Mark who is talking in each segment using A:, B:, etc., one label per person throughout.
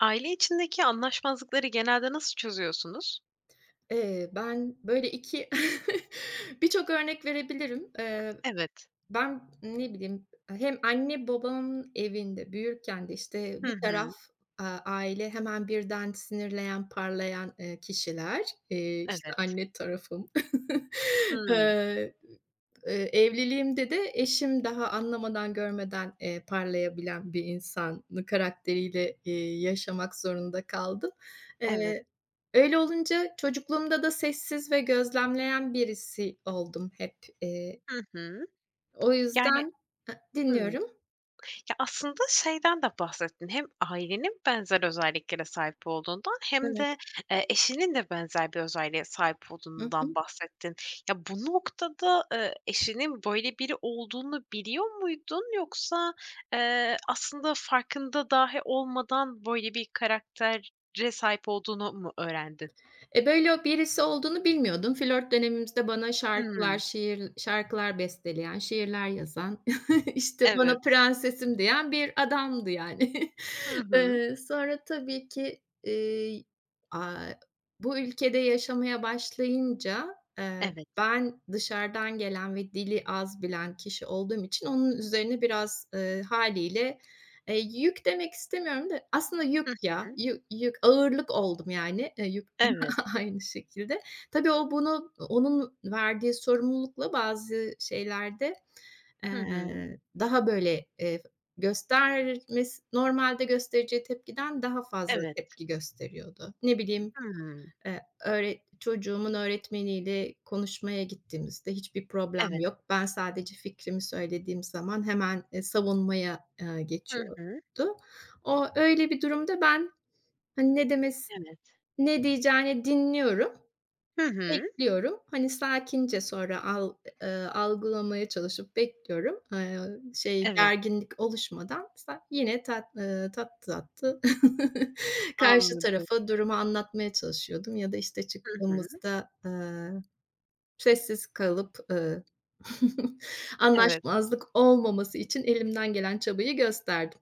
A: Aile içindeki anlaşmazlıkları genelde nasıl çözüyorsunuz?
B: Ben böyle 2, birçok örnek verebilirim.
A: Evet.
B: Ben, ne bileyim, hem anne babamın evinde büyürken de, işte,
A: Hı
B: bir
A: hı.
B: taraf, aile hemen birden sinirleyen, parlayan, kişiler, işte,
A: Evet.
B: anne tarafım.
A: Hımm.
B: Eee, eee, Evliliğimde de eşim daha anlamadan görmeden, parlayabilen bir insan karakteriyle, yaşamak zorunda kaldım.
A: Evet.
B: Eee, Öyle olunca çocukluğumda da sessiz ve gözlemleyen birisi oldum hep. E,
A: Hı hı.
B: O
A: Yani.
B: yüzden
A: Hımm.
B: dinliyorum.
A: Ya, aslında şeyden de bahsettin. Hem ailenin benzer özelliklere sahip olduğundan hem de,
B: Evet.
A: eşinin de benzer bir özelliğe sahip
B: Hı
A: olduğundan
B: hı.
A: bahsettin. Ya, bu noktada, eşinin böyle biri olduğunu biliyor muydun yoksa, aslında farkında dahi olmadan böyle bir karaktere sahip olduğunu mu öğrendin?
B: Böyle birisi olduğunu bilmiyordum. Flört dönemimizde bana şarkılar,
A: Hımm.
B: şiir şarkılar besteleyen, şiirler yazan, işte, bana
A: Evet.
B: prensesim diyen bir adamdı yani.
A: Hı hı.
B: Sonra tabii ki, aaa, bu ülkede yaşamaya başlayınca,
A: Evet.
B: ben dışarıdan gelen ve dili az bilen kişi olduğum için onun üzerine biraz, hâliyle, yük demek istemiyorum da aslında yük
A: Hı hı.
B: ya, ağırlık oldum yani, yük.
A: Evet.
B: Aynı şekilde. Tabii o bunu onun verdiği sorumlulukla bazı şeylerde,
A: Hı hı.
B: daha böyle, göstermesi normalde göstereceği tepkiden daha fazla
A: Evet.
B: tepki gösteriyordu. Ne bileyim,
A: Hımm.
B: öğret çocuğumun öğretmeniyle konuşmaya gittiğimizde hiçbir problem
A: Evet.
B: yok. Ben sadece fikrimi söylediğim zaman hemen, savunmaya,
A: Hı
B: geçiyordu.
A: hı.
B: O öyle bir durumda ben, hani,
A: Evet.
B: ne diyeceğini dinliyorum.
A: Hı hı.
B: Bekliyorum. Hani, sakince sonra al eee, algılamaya çalışıp bekliyorum. Şey,
A: Evet.
B: gerginlik oluşmadan yine tatlı tatlı karşı
A: Anladım.
B: tarafa durumu anlatmaya çalışıyordum ya da, işte,
A: Hı hı.
B: çıktığımızda, sessiz kalıp,
A: Evet.
B: anlaşmazlık olmaması için elimden gelen çabayı gösterdim.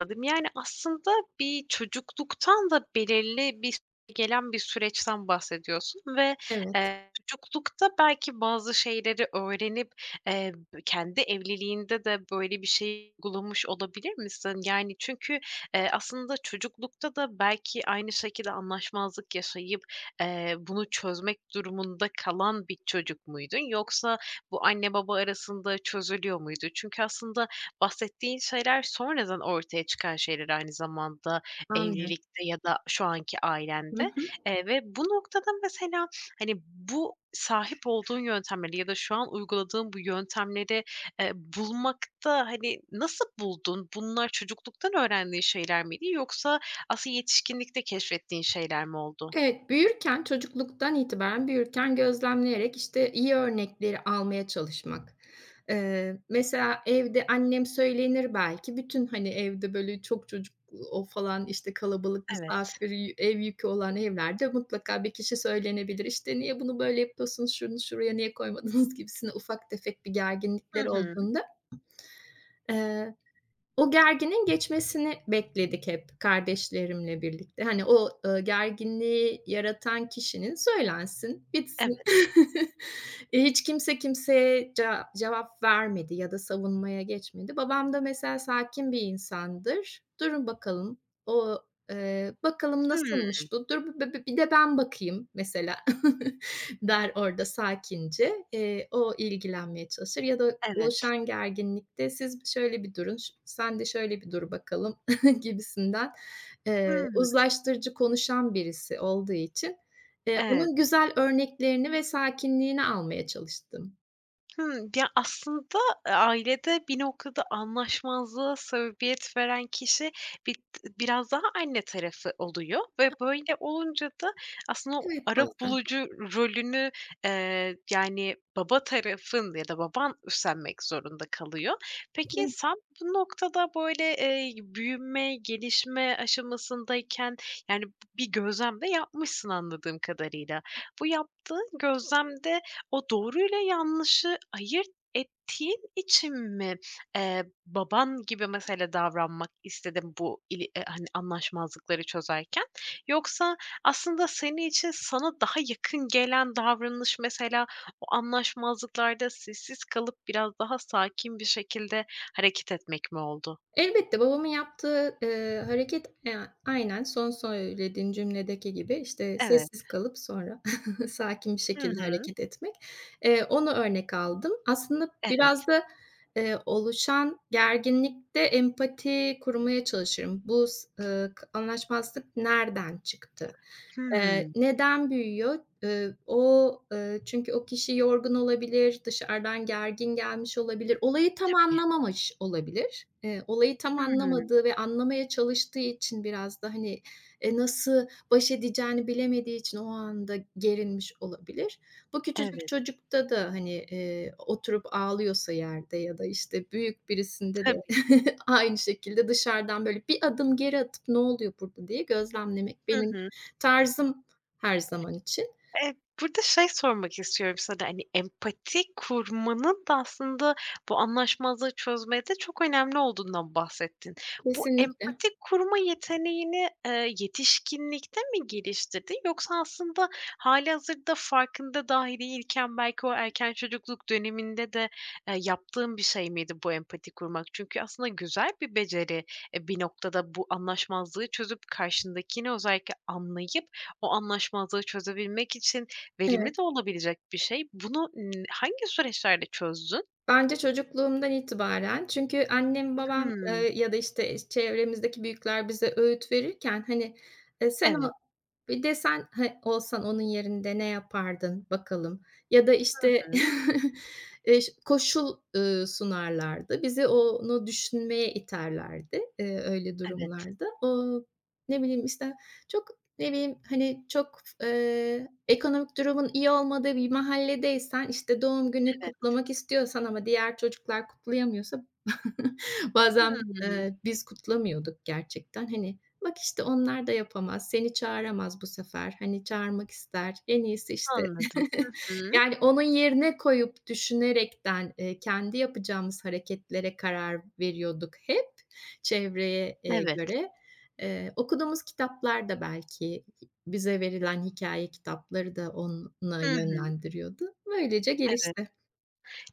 A: Anladım. Yani, aslında bir çocukluktan da belirli bir gelen bir süreçten bahsediyorsun ve,
B: Evet,
A: çocuklukta belki bazı şeyleri öğrenip, eee, kendi evliliğinde de böyle bir şey uygulamış olabilir misin? Yani, çünkü, aslında çocuklukta da belki aynı şekilde anlaşmazlık yaşayıp, bunu çözmek durumunda kalan bir çocuk muydun? Yoksa bu anne baba arasında çözülüyor muydu? Çünkü aslında bahsettiğin şeyler sonradan ortaya çıkan şeyler aynı zamanda
B: anlıyorum.
A: evlilikte ya da şu anki ailende, ve bu noktada mesela, hani, bu sahip olduğun yöntemleri ya da şu an uyguladığın bu yöntemleri, bulmakta, hani, nasıl buldun? Bunlar çocukluktan öğrendiğin şeyler miydi yoksa aslında yetişkinlikte keşfettiğin şeyler mi oldu?
B: Evet, büyürken, çocukluktan itibaren büyürken gözlemleyerek, işte, iyi örnekleri almaya çalışmak. Mesela evde annem söylenir belki. Bütün, hani, evde, böyle, çok çocuk o falan, işte, kalabalık
A: Evet.
B: misafir, ev yükü olan evlerde mutlaka bir kişi söylenebilir. İşte, "Niye bunu böyle yapıyorsunuz, şunu şuraya niye koymadınız?" gibisinden ufak tefek bir
A: Hı
B: gerginlikler
A: hı.
B: olduğunda, o gerginin geçmesini bekledik hep kardeşlerimle birlikte. Hani, o, gerginliği yaratan kişinin söylensin, bitsin.
A: Evet.
B: Hiç kimse kimseye cevap vermedi ya da savunmaya geçmedi. Babam da mesela sakin bir insandır. "Durun bakalım, o, bakalım
A: Hımm.
B: nasılmış bu? Dur, bi bi bir de ben bakayım." mesela. der orada sakince. O ilgilenmeye çalışır ya da
A: Evet.
B: oluşan gerginlikte siz şöyle bir durun, sen de şöyle bir dur bakalım gibisinden,
A: Hımm.
B: uzlaştırıcı konuşan birisi olduğu için,
A: Evet.
B: onun güzel örneklerini ve sakinliğini almaya çalıştım.
A: Hımm. Ya, aslında, ailede bir noktada anlaşmazlığa sebebiyet veren kişi bi biraz daha anne tarafı oluyor ve böyle olunca da aslında o
B: Evet, bazen.
A: arabulucu rolünü, yani, baba tarafın ya da baban üstlenmek zorunda kalıyor. Peki sen bu noktada, böyle, büyüme, gelişme aşamasındayken, yani, bir gözlem de yapmışsın anladığım kadarıyla. Bu yaptığın gözlemde, o doğruyla yanlışı ayırt ettiğin için mi, baban gibi mesela davranmak istedin bu ili hani, anlaşmazlıkları çözerken? Yoksa aslında senin için sana daha yakın gelen davranış mesela o anlaşmazlıklarda sessiz kalıp biraz daha sakin bir şekilde hareket etmek mi oldu?
B: Elbette, babamın yaptığı, hareket, aynen son söylediğin cümledeki gibi, işte,
A: Evet.
B: sessiz kalıp sonra sakin bir
A: Hı
B: şekilde
A: hı.
B: hareket etmek. Onu örnek aldım. Aslında
A: Evet.
B: biraz da, oluşan gerginlikte empati kurmaya çalışırım. Bu s k anlaşmazlık nereden çıktı?
A: Hımm.
B: Neden büyüyor? Çünkü o kişi yorgun olabilir, dışarıdan gergin gelmiş olabilir, olayı tam
A: Tabii.
B: anlamamış olabilir. Olayı tam
A: Hımm.
B: anlamadığı ve anlamaya çalıştığı için biraz da, hani, nasıl baş edeceğini bilemediği için o anda gerilmiş olabilir. Bu küçücük
A: Evet.
B: çocukta da, hani, oturup ağlıyorsa yerde ya da, işte, büyük birisinde de
A: Tabii.
B: aynı şekilde dışarıdan, böyle, bir adım geri atıp "Ne oluyor burada?" diye gözlemlemek
A: Hı
B: benim
A: hı.
B: tarzım her zaman için.
A: Eee, burada şey sormak istiyorum sana, hani, empati kurmanın da aslında bu anlaşmazlığı çözmede çok önemli olduğundan bahsettin. Bu
B: Kesinlikle.
A: empati kurma yeteneğini, yetişkinlikte mi geliştirdin yoksa aslında hâlihazırda farkında dahi değilken belki o erken çocukluk döneminde de, yaptığın bir şey miydi bu empati kurmak? Çünkü aslında güzel bir beceri, bir noktada bu anlaşmazlığı çözüp karşındakini özellikle anlayıp, o anlaşmazlığı çözebilmek için
B: Evet.
A: verimli de olabilecek bir şey. Bunu, hangi süreçlerde çözdün?
B: Bence çocukluğumdan itibaren çünkü annem, babam,
A: Hımm.
B: ya da, işte, çevremizdeki büyükler bize öğüt verirken, hani, sen o
A: Evet.
B: bir de sen, olsan onun yerinde ne yapardın bakalım? Ya da,
A: Hı
B: işte,
A: hı.
B: ş koşul, sunarlardı. Bizi onu düşünmeye iterlerdi, öyle
A: Evet,
B: durumlarda. O, ne bileyim, işte, çok, ne bileyim, hani, çok, ekonomik durumun iyi olmadığı bir mahalledeysen, işte, doğum günü
A: evet.
B: kutlamak istiyorsan ama diğer çocuklar kutlayamıyorsa bazen,
A: Hımm.
B: biz kutlamıyorduk gerçekten. Hani, "Bak, işte, onlar da yapamaz, seni çağıramaz bu sefer. Hani, çağırmak ister. En iyisi, işte."
A: Anladım. Hı hı.
B: Yani, onun yerine koyup düşünerekten, kendi yapacağımız hareketlere karar veriyorduk hep çevreye,
A: Evet.
B: göre. Okuduğumuz kitaplar da belki bize verilen hikaye kitapları da ona
A: Hı hı.
B: yönlendiriyordu. Böylece
A: Evet.
B: gelişti.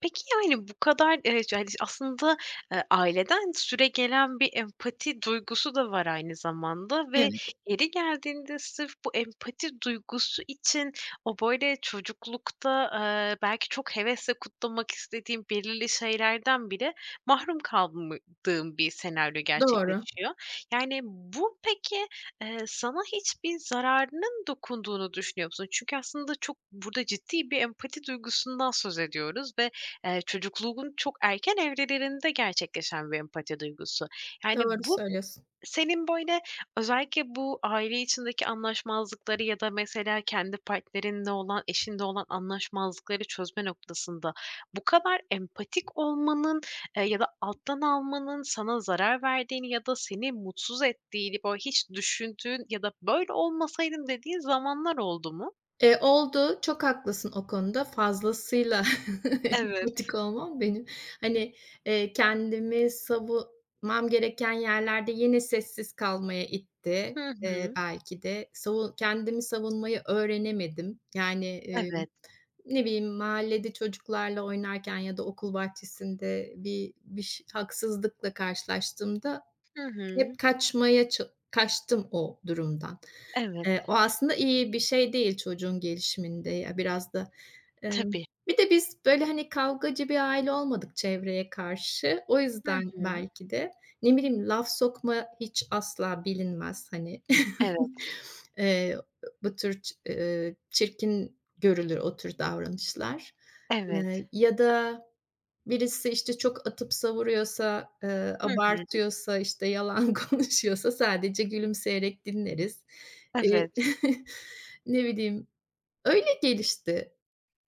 A: Peki, yani, bu kadar, yani, aslında, aileden süregelen bir empati duygusu da var aynı zamanda ve
B: Evet,
A: yeri geldiğinde sırf bu empati duygusu için o, böyle, çocuklukta, belki çok hevesle kutlamak istediğim belirli şeylerden bile mahrum kaldığın bir senaryo
B: doğru.
A: gerçekleşiyor. Yani, bu peki, sana hiçbir zararının dokunduğunu düşünüyor musun? Çünkü aslında çok burada ciddi bir empati duygusundan söz ediyoruz ve çocukluğun çok erken evrelerinde gerçekleşen bir empati duygusu. Yani,
B: Doğru
A: bu
B: söylüyorsun.
A: senin, böyle, özellikle bu aile içindeki anlaşmazlıkları ya da mesela kendi partnerinle olan, eşinle olan anlaşmazlıkları çözme noktasında bu kadar empatik olmanın, ya da alttan almanın sana zarar verdiğini ya da seni mutsuz ettiğini, böyle, hiç düşündüğün ya da "Böyle olmasaydım." dediğin zamanlar oldu mu?
B: Oldu. Çok haklısın o konuda. Fazlasıyla
A: Evet.
B: empatik olmam benim, hani, kendimi savunmam gereken yerlerde yine sessiz kalmaya itti,
A: Hı hı.
B: belki de. Kendimi savunmayı öğrenemedim. Yani,
A: Evet.
B: ne bileyim, mahallede çocuklarla oynarken ya da okul bahçesinde bir bir ş haksızlıkla karşılaştığımda
A: Hı hı.
B: hep kaçmaya ça kaçtım o durumdan.
A: Evet.
B: O aslında iyi bir şey değil çocuğun gelişiminde ya biraz da. Emm,
A: Tabii.
B: Bir de biz böyle, hani, kavgacı bir aile olmadık çevreye karşı. O
A: Hı
B: yüzden
A: hı.
B: belki de, ne bileyim, laf sokma hiç asla bilinmez, hani.
A: Evet,
B: Eee, Bu tür ç çirkin görülür o tür davranışlar.
A: evet.
B: Ya da birisi, işte, çok atıp savuruyorsa,
A: Hı hı.
B: abartıyorsa, işte, yalan konuşuyorsa sadece gülümseyerek dinleriz. Eee,
A: Evet.
B: ne bileyim, öyle gelişti.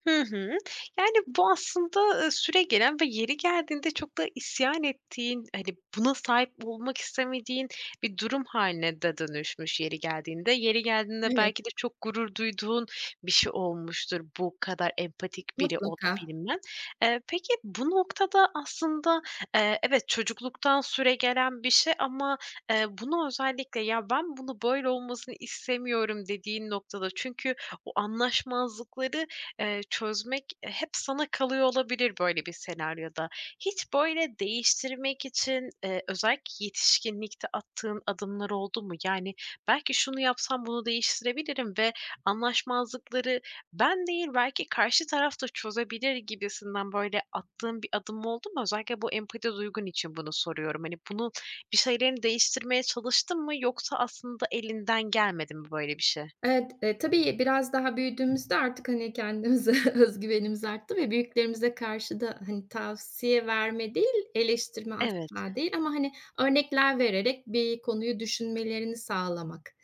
A: Hı hı. Yani, bu aslında, süre gelen ve yeri geldiğinde çok da isyan ettiğin, hani, buna sahip olmak istemediğin bir durum haline de dönüşmüş yeri geldiğinde. Yeri geldiğinde
B: Evet,
A: belki de çok gurur duyduğun bir şey olmuştur bu kadar empatik biri
B: mutlaka.
A: olabilmen. Peki bu noktada aslında, evet, çocukluktan süre gelen bir şey ama, bunu özellikle "Ya, ben bunu böyle olmasını istemiyorum." dediğin noktada çünkü o anlaşmazlıkları çözmek, hep sana kalıyor olabilir böyle bir senaryoda. Hiç böyle değiştirmek için, özellikle yetişkinlikte attığın adımlar oldu mu? Yani, belki şunu yapsam bunu değiştirebilirim ve anlaşmazlıkları ben değil belki karşı taraf da çözebilir gibisinden böyle attığın bir adım oldu mu? Özellikle bu empati duygun için bunu soruyorum. Hani, bunu bir şeylerini değiştirmeye çalıştın mı yoksa aslında elinden gelmedi mi böyle bir şey?
B: Evet, tabii biraz daha büyüdüğümüzde artık, hani, kendimize öz güvenimiz arttı ve büyüklerimize karşı da, hani, tavsiye verme değil, eleştirme
A: Evet,
B: asla değil ama, hani, örnekler vererek bir konuyu düşünmelerini sağlamak.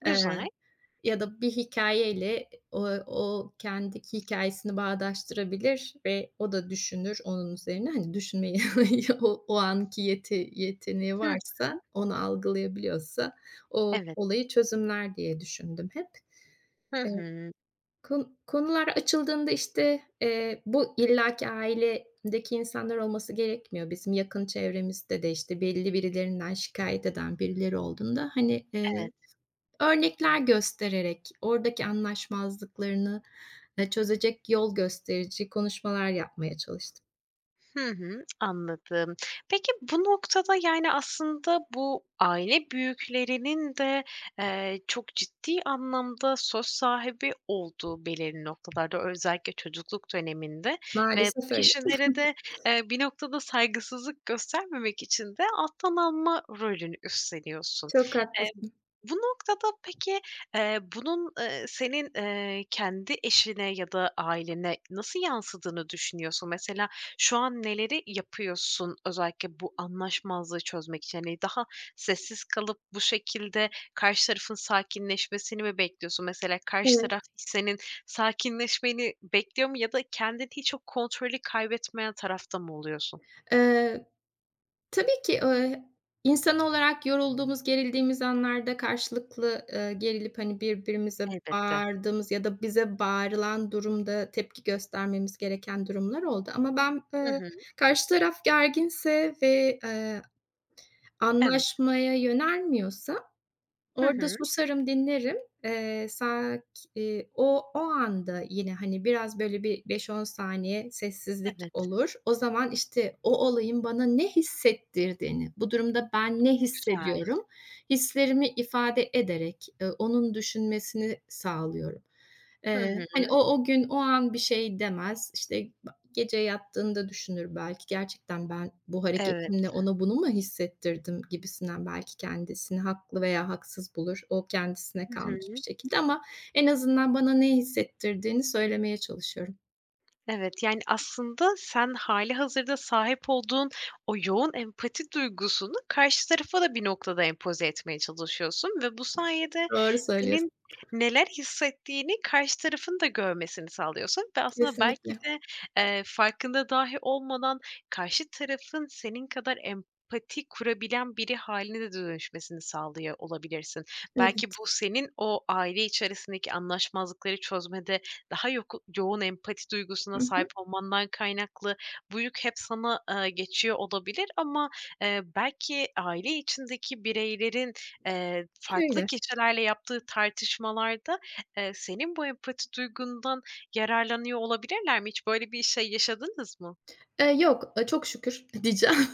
A: güzel.
B: Eee Ya da bir hikayeyle o o kendi hikayesini bağdaştırabilir ve o da düşünür onun üzerine. Hani, düşünmeyi o o anki yeteneği
A: Hı
B: varsa,
A: hı.
B: onu algılayabiliyorsa o
A: Evet.
B: olayı çözümler diye düşündüm hep.
A: Hı
B: Eee,
A: hı.
B: Konular açıldığında, işte, bu illaki ailedeki insanlar olması gerekmiyor. Bizim yakın çevremizde de, işte, belli birilerinden şikayet eden birileri olduğunda, hani,
A: Evet.
B: örnekler göstererek, oradaki anlaşmazlıklarını, çözecek yol gösterici konuşmalar yapmaya çalıştım.
A: Hı hı, anladım. Peki bu noktada, yani, aslında bu aile büyüklerinin de, çok ciddi anlamda söz sahibi olduğu belirli noktalarda, özellikle çocukluk döneminde ve bu
B: Maalesef öyle.
A: kişilere de, bir noktada saygısızlık göstermemek için de alttan alma rolünü üstleniyorsun.
B: Çok
A: Eee,
B: haklısın.
A: bu noktada peki, bunun, senin, kendi eşine ya da ailene nasıl yansıdığını düşünüyorsun? Mesela şu an neleri yapıyorsun özellikle bu anlaşmazlığı çözmek için? Hani daha sessiz kalıp bu şekilde karşı tarafın sakinleşmesini mi bekliyorsun? Mesela karşı
B: Evet.
A: taraf senin sakinleşmeni bekliyor mu ya da kendin hiç o kontrolü kaybetmeyen tarafta mı oluyorsun?
B: Eee, tabii ki, insan olarak yorulduğumuz, gerildiğimiz anlarda karşılıklı, gerilip, hani, birbirimize
A: Elbette.
B: bağırdığımız ya da bize bağırılan durumda tepki göstermemiz gereken durumlar oldu ama ben,
A: Hı hı.
B: karşı taraf gerginse ve,
A: Evet.
B: anlaşmaya yönelmiyorsa
A: Evet. Hı
B: orada
A: hı.
B: susarım, dinlerim. Sak o o anda yine, hani, biraz böyle bir 5-10 saniye sessizlik
A: Evet.
B: olur. O zaman, işte, o olayın bana ne hissettirdiğini, bu durumda ben ne
A: Güzel.
B: hissediyorum, hislerimi ifade ederek, onun düşünmesini sağlıyorum.
A: Hı hı.
B: Hani, o o gün, o an bir şey demez. İşte, gece yattığında düşünür belki, gerçekten ben bu hareketimle
A: Evet.
B: ona bunu mu hissettirdim gibisinden belki kendisini haklı veya haksız bulur. O kendisine
A: Hı
B: kalmış bir
A: hı.
B: şekilde ama en azından bana ne hissettirdiğini söylemeye çalışıyorum.
A: Evet, yani, aslında sen hâlihazırda sahip olduğun o yoğun empati duygusunu karşı tarafa da bir noktada empoze etmeye çalışıyorsun ve bu sayede
B: Doğru
A: senin
B: söylüyorsun.
A: neler hissettiğini karşı tarafın da görmesini sağlıyorsun ve aslında belki
B: Kesinlikle.
A: de, farkında dahi olmadan karşı tarafın senin kadar empati kurabilen biri haline de dönüşmesini sağlıyor olabilirsin. Belki
B: Evet.
A: bu senin o aile içerisindeki anlaşmazlıkları çözmede daha yoğun empati duygusuna
B: Hı
A: sahip
B: hı.
A: olmandan kaynaklı bu yük hep sana, geçiyor olabilir ama, belki aile içindeki bireylerin, farklı
B: Öyle.
A: kişilerle yaptığı tartışmalarda, senin bu empati duygundan yararlanıyor olabilirler mi? Hiç böyle bir şey yaşadınız mı?
B: Yok, çok şükür diyeceğim.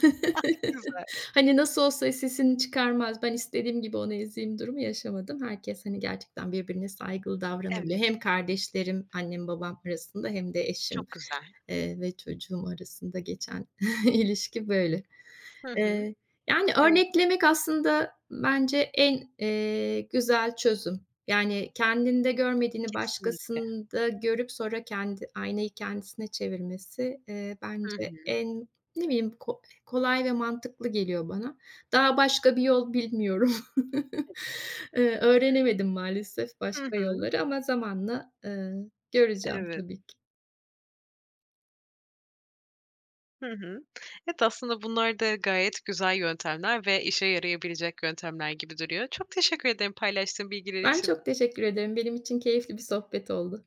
A: Güzel,
B: Hani, nasıl olsa sesini çıkarmaz, ben istediğim gibi onu ezeyim durumu yaşamadım. Herkes, hani, gerçekten birbirine saygılı davranabiliyor.
A: evet,
B: Hem kardeşlerim, annem babam arasında hem de eşim.
A: çok güzel.
B: Ve çocuğum arasında geçen ilişki böyle.
A: Hı hı.
B: Eee, Yani
A: Evet,
B: örneklemek aslında bence en, güzel çözüm. Yani kendinde görmediğini
A: kesinlikle.
B: başkasında görüp sonra kendi aynayı kendisine çevirmesi,
A: Hı
B: bence
A: hı.
B: en, ne bileyim, kolay ve mantıklı geliyor bana. Daha başka bir yol bilmiyorum. Öğrenemedim maalesef
A: Hı
B: başka
A: hı.
B: yolları ama zamanla, göreceğim
A: Evet.
B: tabii ki.
A: Hı hı. Evet, aslında bunlar da gayet güzel yöntemler ve işe yarayabilecek yöntemler gibi duruyor. Çok teşekkür ederim paylaştığın bilgiler
B: Ben
A: için.
B: çok teşekkür ederim. Benim için keyifli bir sohbet oldu.